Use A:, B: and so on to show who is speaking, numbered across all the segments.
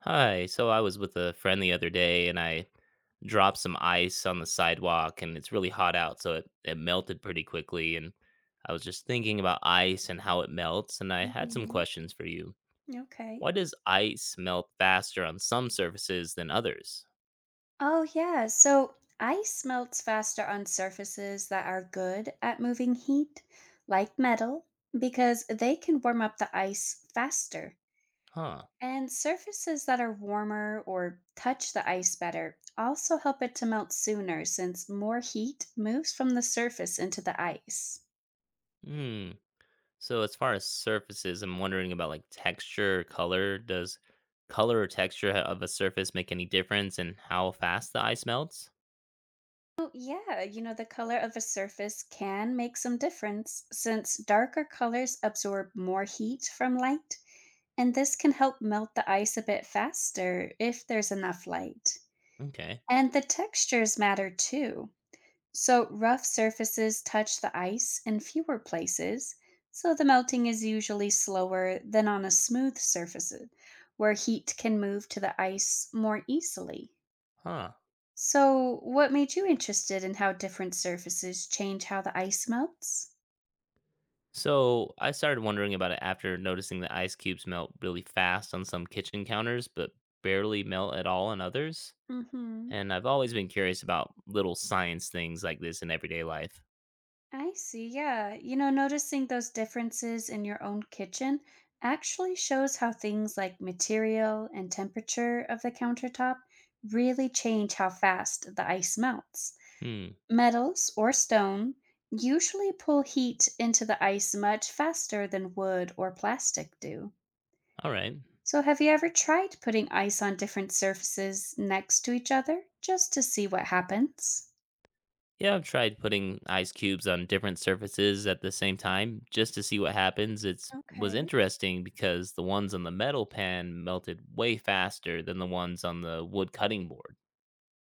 A: Hi. So I was with a friend the other day and I dropped some ice on the sidewalk and it's really hot out, so it melted pretty quickly. And I was just thinking about ice and how it melts, and I had some
B: Mhm.
A: questions for you.
B: Okay.
A: Why does ice melt faster on some surfaces than others?
B: Oh, yeah. So ice melts faster on surfaces that are good at moving heat, like metal, because they can warm up the ice faster.
A: Huh.
B: And surfaces that are warmer or touch the ice better also help it to melt sooner since more heat moves from the surface into the ice.
A: Hmm. So as far as surfaces, I'm wondering about like texture, color. Does color or texture of a surface make any difference in how fast the ice melts?
B: Oh, yeah, you know, the color of a surface can make some difference since darker colors absorb more heat from light and this can help melt the ice a bit faster if there's enough light.
A: Okay.
B: And the textures matter too. So, rough surfaces touch the ice in fewer places, so the melting is usually slower than on a smooth surface where heat can move to the ice more easily.
A: Huh.
B: So, what made you interested in how different surfaces change how the ice melts?
A: So I started wondering about it after noticing that ice cubes melt really fast on some kitchen counters, but barely melt at all on others.
B: Mhm.
A: And I've always been curious about little science things like this in everyday life.
B: I see. Yeah. You know, noticing those differences in your own kitchen actually shows how things like material and temperature of the countertop really change how fast the ice melts.
A: Hmm.
B: Metals or stone usually pull heat into the ice much faster than wood or plastic do.
A: All right.
B: So, have you ever tried putting ice on different surfaces next to each other just to see what happens?
A: Yeah, I've tried putting ice cubes on different surfaces at the same time just to see what happens. It was
B: Okay.
A: interesting because the ones on the metal pan melted way faster than the ones on the wood cutting board.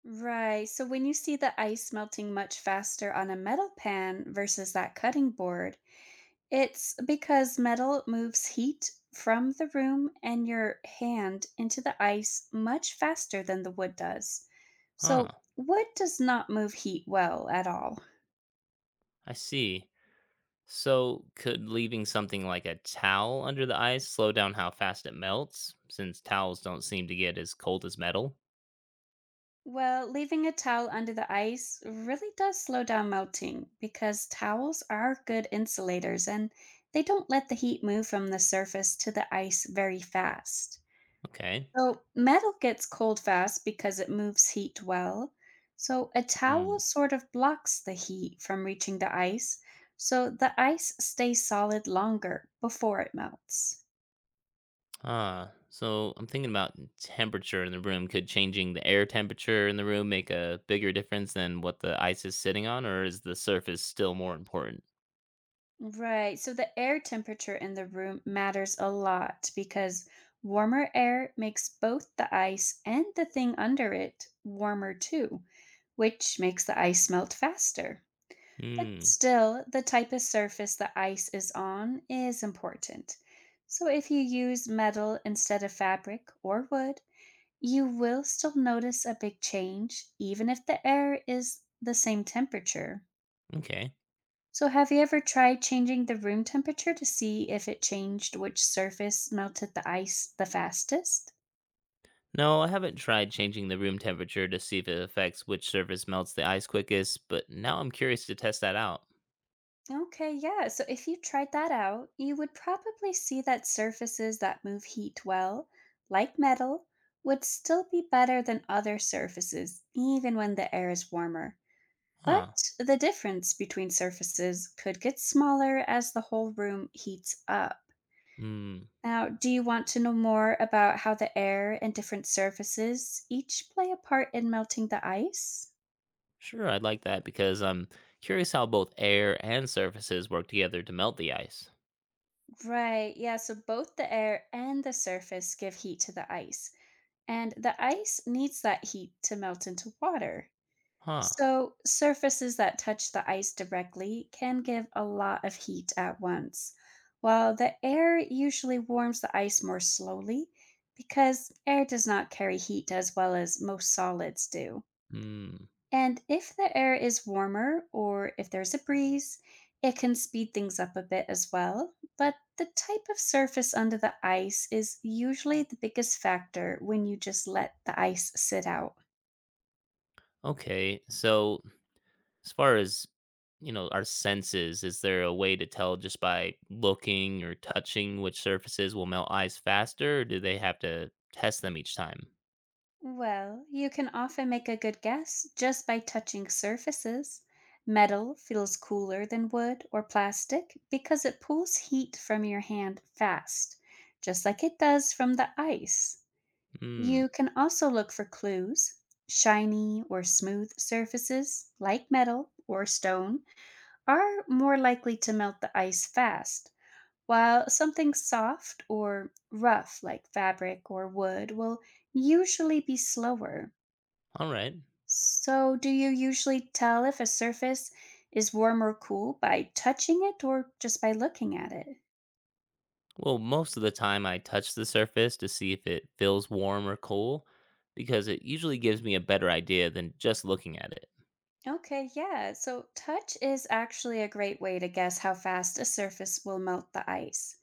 B: Right. So when you see the ice melting much faster on a metal pan versus that cutting board, it's because metal moves heat from the room and your hand into the ice much faster than the wood does.
A: Huh.
B: So wood does not move heat well at all.
A: I see. So, could leaving something like a towel under the ice slow down how fast it melts, since towels don't seem to get as cold as metal?
B: Well, leaving a towel under the ice really does slow down melting because towels are good insulators and they don't let the heat move from the surface to the ice very fast.
A: Okay.
B: So metal gets cold fast because it moves heat well. So a
A: Mm.
B: towel sort of blocks the heat from reaching the ice, so the ice stays solid longer before it melts.
A: Ah, so I'm thinking about temperature in the room. Could changing the air temperature in the room make a bigger difference than what the ice is sitting on, or is the surface still more important?
B: Right, so the air temperature in the room matters a lot because warmer air makes both the ice and the thing under it warmer too, which makes the ice melt faster. But
A: Hmm.
B: still, the type of surface the ice is on is important. So if you use metal instead of fabric or wood, you will still notice a big change, even if the air is the same temperature.
A: Okay.
B: So, have you ever tried changing the room temperature to see if it changed which surface melted the ice the fastest?
A: No, I haven't tried changing the room temperature to see if it affects which surface melts the ice quickest, but now I'm curious to test that out.
B: Okay, yeah. So if you tried that out, you would probably see that surfaces that move heat well, like metal, would still be better than other surfaces, even when the air is warmer. But
A: Huh.
B: the difference between surfaces could get smaller as the whole room heats up.
A: Hmm.
B: Now, do you want to know more about how the air and different surfaces each play a part in melting the ice?
A: Sure, I'd like that because I'm curious how both air and surfaces work together to melt the ice.
B: Right, yeah, so both the air and the surface give heat to the ice, and the ice needs that heat to melt into water.
A: Huh.
B: So, surfaces that touch the ice directly can give a lot of heat at once, while the air usually warms the ice more slowly because air does not carry heat as well as most solids do.
A: Hmm.
B: And if the air is warmer or if there's a breeze, it can speed things up a bit as well. But the type of surface under the ice is usually the biggest factor when you just let the ice sit out.
A: Okay. So, as far as, our senses, is there a way to tell just by looking or touching which surfaces will melt ice faster, or do they have to test them each time?
B: Well, you can often make a good guess just by touching surfaces. Metal feels cooler than wood or plastic because it pulls heat from your hand fast, just like it does from the ice.
A: Hmm.
B: You can also look for clues. Shiny or smooth surfaces, like metal or stone, are more likely to melt the ice fast, while something soft or rough, like fabric or wood, will usually be slower.
A: All right.
B: So, do you usually tell if a surface is warm or cool by touching it or just by looking at it?
A: Well, most of the time I touch the surface to see if it feels warm or cool because it usually gives me a better idea than just looking at it.
B: Okay, yeah. So touch is actually a great way to guess how fast a surface will melt the ice.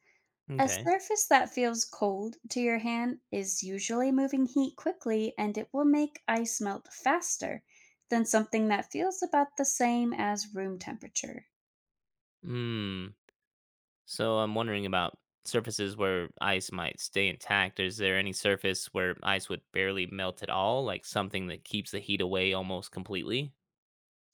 B: A
A: Okay.
B: surface that feels cold to your hand is usually moving heat quickly and it will make ice melt faster than something that feels about the same as room temperature.
A: Hmm. So I'm wondering about surfaces where ice might stay intact. Is there any surface where ice would barely melt at all, like something that keeps the heat away almost completely?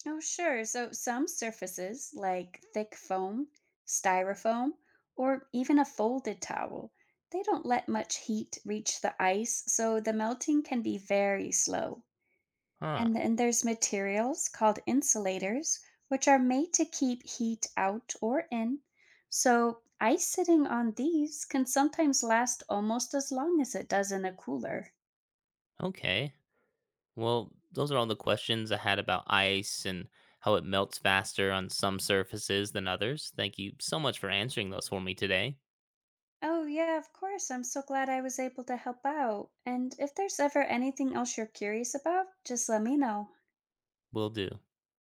B: Oh, sure. So some surfaces, like thick foam, styrofoam, or even a folded towel, they don't let much heat reach the ice, so the melting can be very slow.
A: Huh.
B: And then there's materials called insulators, which are made to keep heat out or in. So, ice sitting on these can sometimes last almost as long as it does in a cooler.
A: Okay. Well, those are all the questions I had about ice and how it melts faster on some surfaces than others. Thank you so much for answering those for me today.
B: Oh, yeah, of course. I'm so glad I was able to help out. And if there's ever anything else you're curious about, just let me know.
A: Will do.